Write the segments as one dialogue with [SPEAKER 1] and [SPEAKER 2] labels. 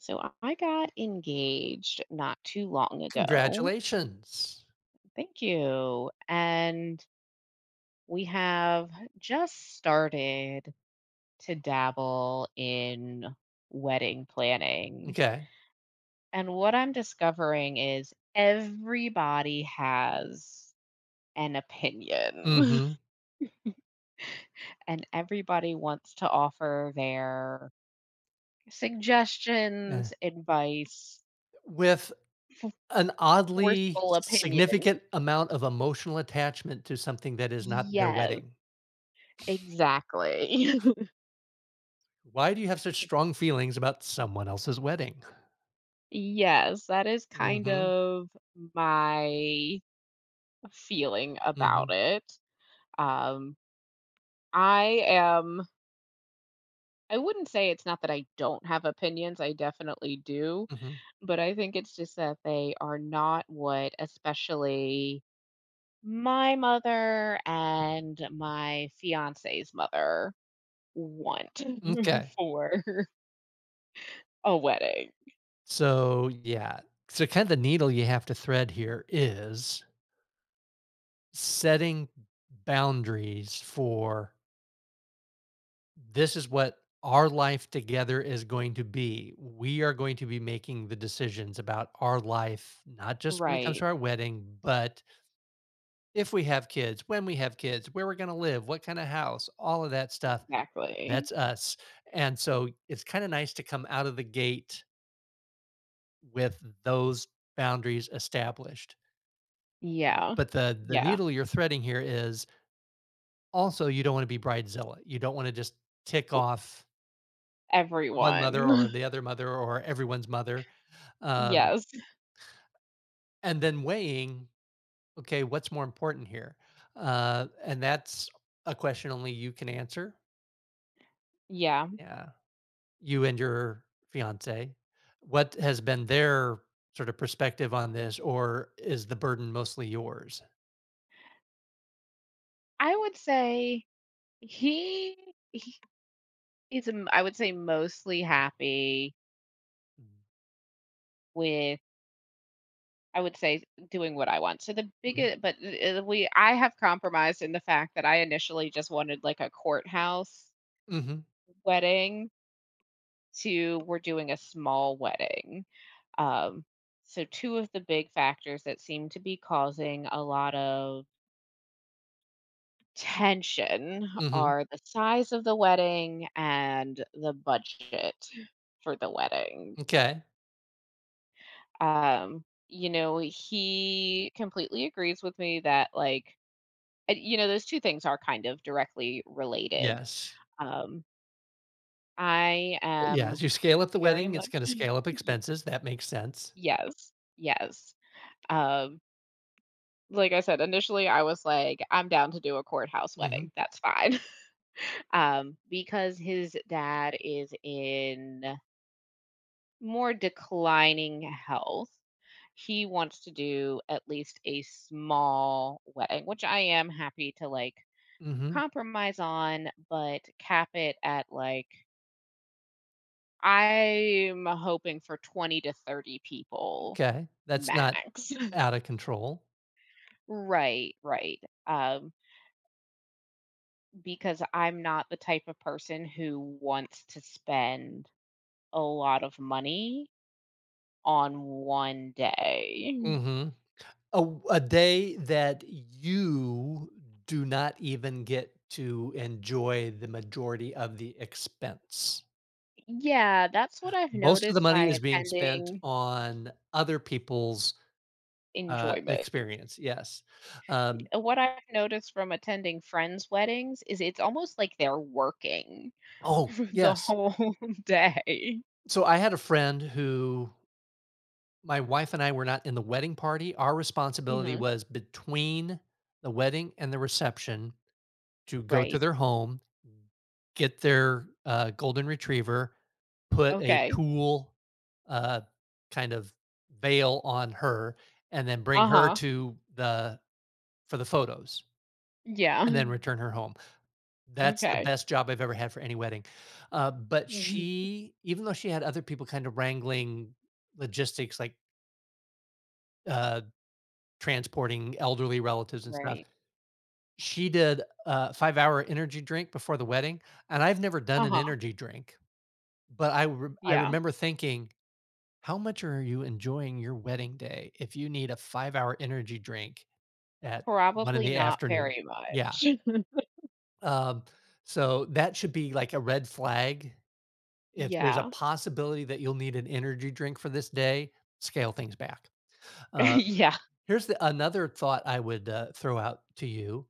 [SPEAKER 1] So I got engaged not too long ago.
[SPEAKER 2] Congratulations.
[SPEAKER 1] Thank you. And we have just started to dabble in wedding planning.
[SPEAKER 2] Okay.
[SPEAKER 1] And what I'm discovering is everybody has an opinion,
[SPEAKER 2] Mhm.
[SPEAKER 1] and everybody wants to offer their
[SPEAKER 2] Eh.
[SPEAKER 1] suggestions, advice,
[SPEAKER 2] With
[SPEAKER 1] f-
[SPEAKER 2] an oddly
[SPEAKER 1] forceful opinion.
[SPEAKER 2] significant amount of emotional attachment to something that is not their
[SPEAKER 1] Yes,
[SPEAKER 2] wedding.
[SPEAKER 1] exactly.
[SPEAKER 2] Why do you have such strong feelings about someone else's wedding?
[SPEAKER 1] Yes, that is kind
[SPEAKER 2] Mhm,
[SPEAKER 1] of my feeling about
[SPEAKER 2] mhm,
[SPEAKER 1] it. Um, I am, I wouldn't say it's not that I don't have opinions, I definitely do,
[SPEAKER 2] mhm.
[SPEAKER 1] but I think it's just that they are not what, especially my mother and my fiance's mother want
[SPEAKER 2] M'kay.
[SPEAKER 1] for a wedding.
[SPEAKER 2] So, yeah. So, kind of the needle you have to thread here is setting boundaries for this is what our life together is going to be. We are going to be making the decisions about our life, not just when it comes
[SPEAKER 1] Right,
[SPEAKER 2] to our wedding, but if we have kids, when we have kids, where we're going to live, what kind of house, all of that stuff.
[SPEAKER 1] exactly.
[SPEAKER 2] That's us. And so it's kind of nice to come out of the gate with those boundaries established.
[SPEAKER 1] Yeah,
[SPEAKER 2] But the
[SPEAKER 1] yeah,
[SPEAKER 2] needle you're threading here is also you don't want to be bridezilla. You don't want to just tick off one mother or
[SPEAKER 1] everyone.
[SPEAKER 2] the other mother or everyone's mother, um,
[SPEAKER 1] Yes.
[SPEAKER 2] and then weighing, okay, what's more important here? And that's a question only you can answer.
[SPEAKER 1] Yeah.
[SPEAKER 2] Yeah, you and your fiance, what has been their sort of perspective on this, or is the burden mostly yours?
[SPEAKER 1] I would say he he is, I would say, mostly happy with, I would say, doing what I want. So the
[SPEAKER 2] Mhm.
[SPEAKER 1] biggest, but I have compromised in the fact that I initially just wanted like a courthouse
[SPEAKER 2] Mhm.
[SPEAKER 1] wedding to we're doing a small wedding. Um, so two of the big factors that seem to be causing a lot of tension
[SPEAKER 2] Mhm.
[SPEAKER 1] are the size of the wedding and the budget for the wedding.
[SPEAKER 2] Okay.
[SPEAKER 1] You know, he completely agrees with me that like and, you know, those two things are kind of directly related.
[SPEAKER 2] Yes.
[SPEAKER 1] Um, I am
[SPEAKER 2] Yes. You scale up the
[SPEAKER 1] very
[SPEAKER 2] wedding. It's going
[SPEAKER 1] much
[SPEAKER 2] to scale up
[SPEAKER 1] y-
[SPEAKER 2] expenses. That makes sense.
[SPEAKER 1] yes, yes. Um, like I said, initially I was like, I'm down to do a courthouse
[SPEAKER 2] Hmm.
[SPEAKER 1] wedding. That's fine. Because his dad is in more declining health, he wants to do at least a small wedding, which I am happy to like
[SPEAKER 2] Hmm.
[SPEAKER 1] compromise on, but cap it at like I'm hoping for 20 to 30 people
[SPEAKER 2] Okay. That's not
[SPEAKER 1] max.
[SPEAKER 2] out of control.
[SPEAKER 1] right, right. Um, because I'm not the type of person who wants to spend a lot of money on one day.
[SPEAKER 2] Mm-hmm. A a day that you do not even get to enjoy the majority of the expense.
[SPEAKER 1] Yeah, that's what I've
[SPEAKER 2] Most of the
[SPEAKER 1] noticed by
[SPEAKER 2] money is being spent
[SPEAKER 1] attending
[SPEAKER 2] on other people's,
[SPEAKER 1] enjoyment.
[SPEAKER 2] experience, yes. Um
[SPEAKER 1] What I've noticed from attending friends' weddings is it's almost like they're working
[SPEAKER 2] oh,
[SPEAKER 1] the
[SPEAKER 2] yes.
[SPEAKER 1] whole day.
[SPEAKER 2] So, I had a friend who my wife and I were not in the wedding party. Our responsibility
[SPEAKER 1] Mhm.
[SPEAKER 2] was between the wedding and the reception to go to
[SPEAKER 1] Right.
[SPEAKER 2] their home, get their, golden retriever, put a
[SPEAKER 1] Okay.
[SPEAKER 2] tulle, uh, kind of veil on her, and then bring her
[SPEAKER 1] Uh-huh.
[SPEAKER 2] to the for the photos,
[SPEAKER 1] Yeah.
[SPEAKER 2] and then return her home. That's the
[SPEAKER 1] Okay.
[SPEAKER 2] best job I've ever had for any wedding. But
[SPEAKER 1] Mhm.
[SPEAKER 2] she, even though she had other people kind of wrangling logistics, like, uh, transporting elderly relatives and stuff,
[SPEAKER 1] Right.
[SPEAKER 2] she did a five-hour energy drink before the wedding, and I've never done an
[SPEAKER 1] Uh-huh.
[SPEAKER 2] energy drink, but I rem I
[SPEAKER 1] Yeah.
[SPEAKER 2] remember thinking, how much are you enjoying your wedding day if you need a 5-hour energy drink at 1 in
[SPEAKER 1] Probably
[SPEAKER 2] the
[SPEAKER 1] not
[SPEAKER 2] afternoon?
[SPEAKER 1] very
[SPEAKER 2] Yeah,
[SPEAKER 1] much.
[SPEAKER 2] um, so that should be like a red flag. If there's a
[SPEAKER 1] Yeah.
[SPEAKER 2] possibility that you'll need an energy drink for this day, scale things back. Um,
[SPEAKER 1] Yeah.
[SPEAKER 2] Here's the another thought I would, throw out to you.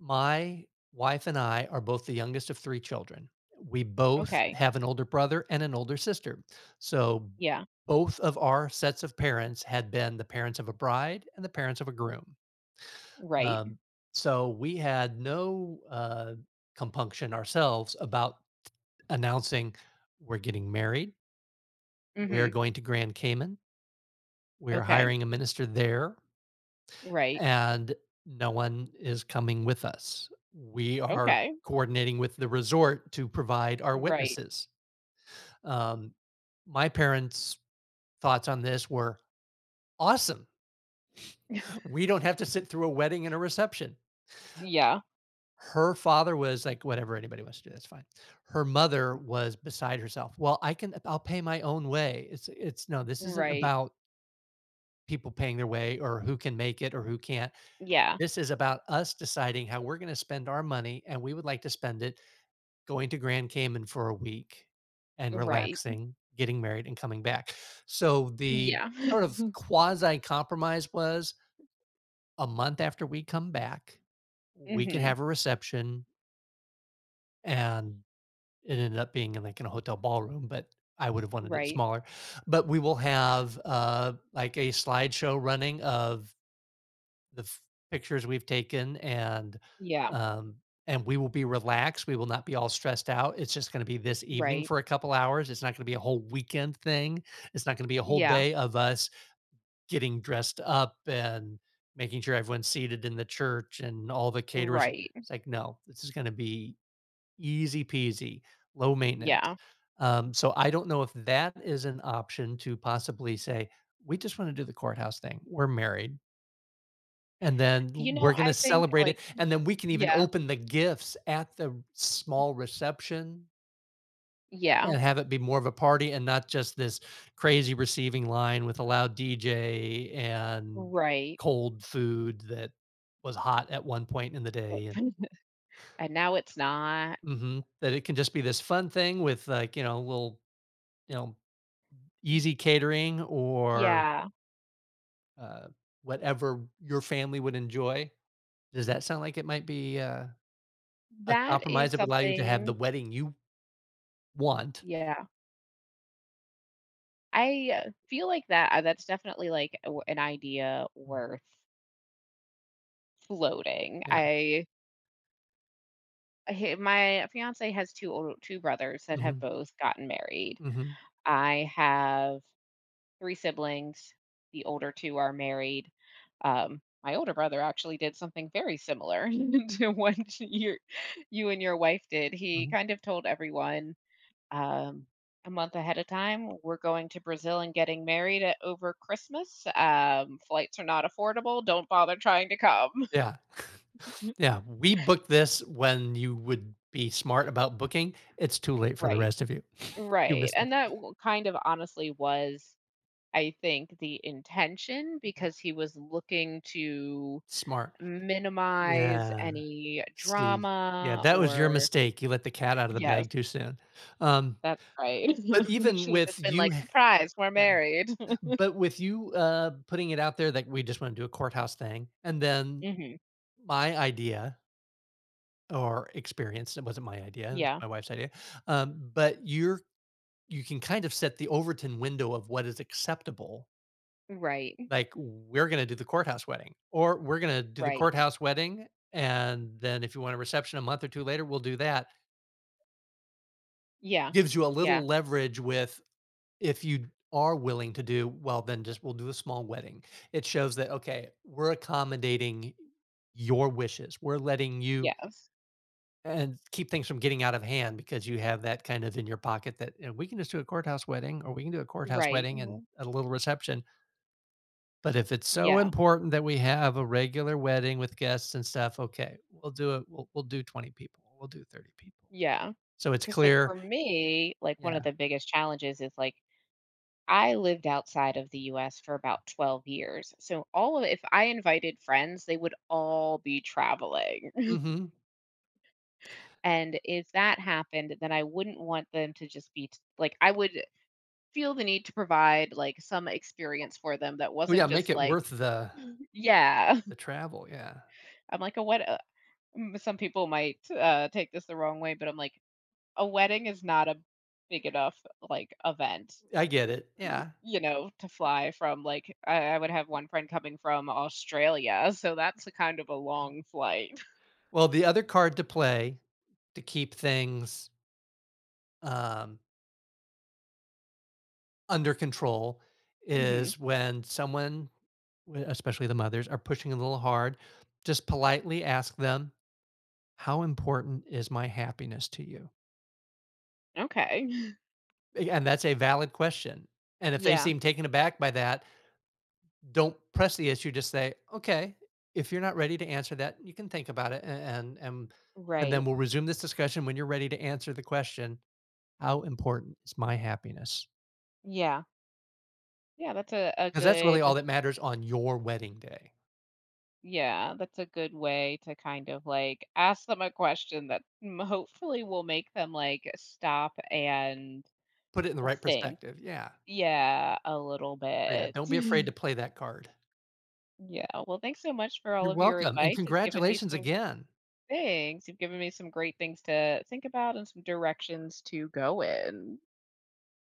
[SPEAKER 2] My wife and I are both the youngest of 3 children. We both
[SPEAKER 1] Okay.
[SPEAKER 2] have an older brother and an older sister. So,
[SPEAKER 1] Yeah.
[SPEAKER 2] both of our sets of parents had been the parents of a bride and the parents of a groom.
[SPEAKER 1] Right.
[SPEAKER 2] Um, so we had no, compunction ourselves about announcing, "We're getting married. We're
[SPEAKER 1] Mhm.
[SPEAKER 2] going to Grand Cayman. We're
[SPEAKER 1] Okay.
[SPEAKER 2] hiring a minister there,
[SPEAKER 1] Right.
[SPEAKER 2] and no one is coming with us. We Mhm. are
[SPEAKER 1] Okay.
[SPEAKER 2] coordinating with the resort to provide our
[SPEAKER 1] Right.
[SPEAKER 2] witnesses." Um, my parents' thoughts on this were awesome. We don't have to sit through a wedding and a reception.
[SPEAKER 1] Yeah.
[SPEAKER 2] Her father was like, whatever anybody wants to do, that's fine. Her mother was beside herself. Well, I can, I'll pay my own way. It's no, this isn't
[SPEAKER 1] Right.
[SPEAKER 2] about people paying their way or who can make it or who can't.
[SPEAKER 1] Yeah.
[SPEAKER 2] This is about us deciding how we're going to spend our money, and we would like to spend it going to Grand Cayman for a week and
[SPEAKER 1] Right.
[SPEAKER 2] relaxing, getting married, and coming back. So the
[SPEAKER 1] Yeah.
[SPEAKER 2] sort of quasi compromise was a month after we come back, we can
[SPEAKER 1] Mhm.
[SPEAKER 2] have a reception. And it ended up being in like in a hotel ballroom, but I would have wanted it
[SPEAKER 1] Right.
[SPEAKER 2] smaller. But we will have, like a slideshow running of the f- pictures we've taken,
[SPEAKER 1] Yeah.
[SPEAKER 2] um and we will be relaxed. We will not be all stressed out. It's just going to be this evening
[SPEAKER 1] Right.
[SPEAKER 2] for a couple hours. It's not going to be a whole weekend thing. It's not going to be a whole
[SPEAKER 1] Yeah.
[SPEAKER 2] day of us getting dressed up and making sure everyone's seated in the church and all the caterers.
[SPEAKER 1] Right.
[SPEAKER 2] It's like, no, this is going to be easy peasy, low maintenance.
[SPEAKER 1] Yeah.
[SPEAKER 2] So I don't know if that is an option to possibly say, we just want to do the courthouse thing. We're married, and then
[SPEAKER 1] You
[SPEAKER 2] we're
[SPEAKER 1] know, I
[SPEAKER 2] gonna
[SPEAKER 1] think
[SPEAKER 2] celebrate it,
[SPEAKER 1] like
[SPEAKER 2] and then we can even
[SPEAKER 1] yeah.
[SPEAKER 2] open the gifts at the small reception
[SPEAKER 1] Yeah.
[SPEAKER 2] and have it be more of a party and not just this crazy receiving line with a loud DJ and
[SPEAKER 1] Right.
[SPEAKER 2] cold food that was hot at one point in the
[SPEAKER 1] Like,
[SPEAKER 2] day and
[SPEAKER 1] and now it's not.
[SPEAKER 2] Mhm, that it can just be this fun thing with, like, you know, little, you know, easy catering or,
[SPEAKER 1] Yeah.
[SPEAKER 2] uh, whatever your family would enjoy. Does that sound like it might be, a
[SPEAKER 1] That
[SPEAKER 2] compromise
[SPEAKER 1] is
[SPEAKER 2] that would allow you to have the
[SPEAKER 1] something
[SPEAKER 2] wedding you want?
[SPEAKER 1] yeah. I, feel like that that's definitely like a w an idea
[SPEAKER 2] Mhm.
[SPEAKER 1] worth floating.
[SPEAKER 2] Yeah.
[SPEAKER 1] I hi My fiancé has 2 brothers that have
[SPEAKER 2] Mhm.
[SPEAKER 1] both gotten married.
[SPEAKER 2] Mhm.
[SPEAKER 1] I have 3 siblings. The older 2 are married. My older brother actually did something very similar to what you and your wife did. He
[SPEAKER 2] Mhm.
[SPEAKER 1] kind of told everyone, um, a month ahead of time, "We're going to Brazil and getting married at over Christmas. Flights are not affordable. Don't bother trying to come."
[SPEAKER 2] Yeah. Yeah. We booked this when you would be smart about booking. It's too late for the
[SPEAKER 1] Right.
[SPEAKER 2] rest of you. You
[SPEAKER 1] Right,
[SPEAKER 2] missed
[SPEAKER 1] and
[SPEAKER 2] it.
[SPEAKER 1] that w kind of honestly was, I think, the intention
[SPEAKER 2] Mhm.
[SPEAKER 1] because he was looking to
[SPEAKER 2] Smart.
[SPEAKER 1] minimize
[SPEAKER 2] Yeah.
[SPEAKER 1] any
[SPEAKER 2] See, yeah,
[SPEAKER 1] drama
[SPEAKER 2] that was your
[SPEAKER 1] or
[SPEAKER 2] mistake. You let the cat out of the
[SPEAKER 1] Yes,
[SPEAKER 2] bag too soon. Um,
[SPEAKER 1] that's right.
[SPEAKER 2] but
[SPEAKER 1] It
[SPEAKER 2] even
[SPEAKER 1] should have
[SPEAKER 2] with
[SPEAKER 1] just been
[SPEAKER 2] you
[SPEAKER 1] like, "Surprise, we're
[SPEAKER 2] yeah,
[SPEAKER 1] married."
[SPEAKER 2] but with you, putting it out there that we just wanna do a courthouse thing, and then
[SPEAKER 1] Mhm.
[SPEAKER 2] my idea Or experience, it wasn't my idea, it was
[SPEAKER 1] Yeah.
[SPEAKER 2] my wife's idea, but you're you can kind of set the Overton window of what is acceptable,
[SPEAKER 1] Right,
[SPEAKER 2] like, "We're gonna do the courthouse wedding," or, "We're gonna do the
[SPEAKER 1] right.
[SPEAKER 2] courthouse wedding, and then if you want a reception a month or 2 later, we'll do that."
[SPEAKER 1] Yeah.
[SPEAKER 2] Gives you a little
[SPEAKER 1] Yeah.
[SPEAKER 2] leverage with if you are willing to do, well, then just we'll do a small wedding. It shows that, okay, we're accommodating your wishes, we're letting you
[SPEAKER 1] Yes.
[SPEAKER 2] And keep things from getting out of hand because you have that kind of in your pocket that, you know, "We can just do a courthouse wedding, or we can do a courthouse
[SPEAKER 1] Right.
[SPEAKER 2] wedding and
[SPEAKER 1] Mhm.
[SPEAKER 2] a little reception." But if it's so
[SPEAKER 1] Yeah.
[SPEAKER 2] important that we have a regular wedding with guests and stuff, okay, we'll do it. We'll do 20 people. We'll do 30 people.
[SPEAKER 1] Yeah.
[SPEAKER 2] So it's
[SPEAKER 1] Because, like,
[SPEAKER 2] clear.
[SPEAKER 1] for me, like, one of
[SPEAKER 2] Yeah.
[SPEAKER 1] the biggest challenges is, like, I lived outside of the US for about 12 years, so all of if I invited friends, they would all be traveling.
[SPEAKER 2] Mhm.
[SPEAKER 1] And if that happened, then I wouldn't want them to just be t like, I would feel the need to provide, like, some experience for them that
[SPEAKER 2] Well,
[SPEAKER 1] wasn't
[SPEAKER 2] yeah, make
[SPEAKER 1] just
[SPEAKER 2] it
[SPEAKER 1] like
[SPEAKER 2] worth
[SPEAKER 1] Yeah.
[SPEAKER 2] the travel. Yeah.
[SPEAKER 1] I'm like, "A what some people might, take this the wrong way, but I'm like, "A wedding is not a big enough, like, event,
[SPEAKER 2] I get it.
[SPEAKER 1] y
[SPEAKER 2] Yeah.
[SPEAKER 1] you know, to fly from," like, I would have one friend coming from Australia, so that's a kind of a long flight.
[SPEAKER 2] Well, the other card to play to keep things, um, under control,
[SPEAKER 1] Mhm.
[SPEAKER 2] is when someone especially the mothers, are pushing a little hard, just politely ask them, how important is my happiness to you?
[SPEAKER 1] Okay.
[SPEAKER 2] And that's a valid question. And if they
[SPEAKER 1] Yeah.
[SPEAKER 2] seem taken aback by that, don't press the issue. Just say, okay, if you're not ready to answer that, you can think about it. And, and then
[SPEAKER 1] Right.
[SPEAKER 2] we'll resume this discussion when you're ready to answer the question, how important is my happiness?
[SPEAKER 1] Yeah. Yeah, that's a
[SPEAKER 2] Because that's really
[SPEAKER 1] good
[SPEAKER 2] all that matters on your wedding day.
[SPEAKER 1] Yeah, that's a good way to kind of like ask them a question that mm, hopefully will make them like stop and
[SPEAKER 2] Put it in the right
[SPEAKER 1] think.
[SPEAKER 2] perspective. Yeah.
[SPEAKER 1] Yeah, a little
[SPEAKER 2] So, yeah.
[SPEAKER 1] bit.
[SPEAKER 2] Don't be afraid to play that card.
[SPEAKER 1] Yeah. Well, thanks so much for all
[SPEAKER 2] You're
[SPEAKER 1] of your
[SPEAKER 2] welcome, and
[SPEAKER 1] advice. It's given me
[SPEAKER 2] congratulations
[SPEAKER 1] some
[SPEAKER 2] again.
[SPEAKER 1] things. You've given me some great things to think about and some directions to go in.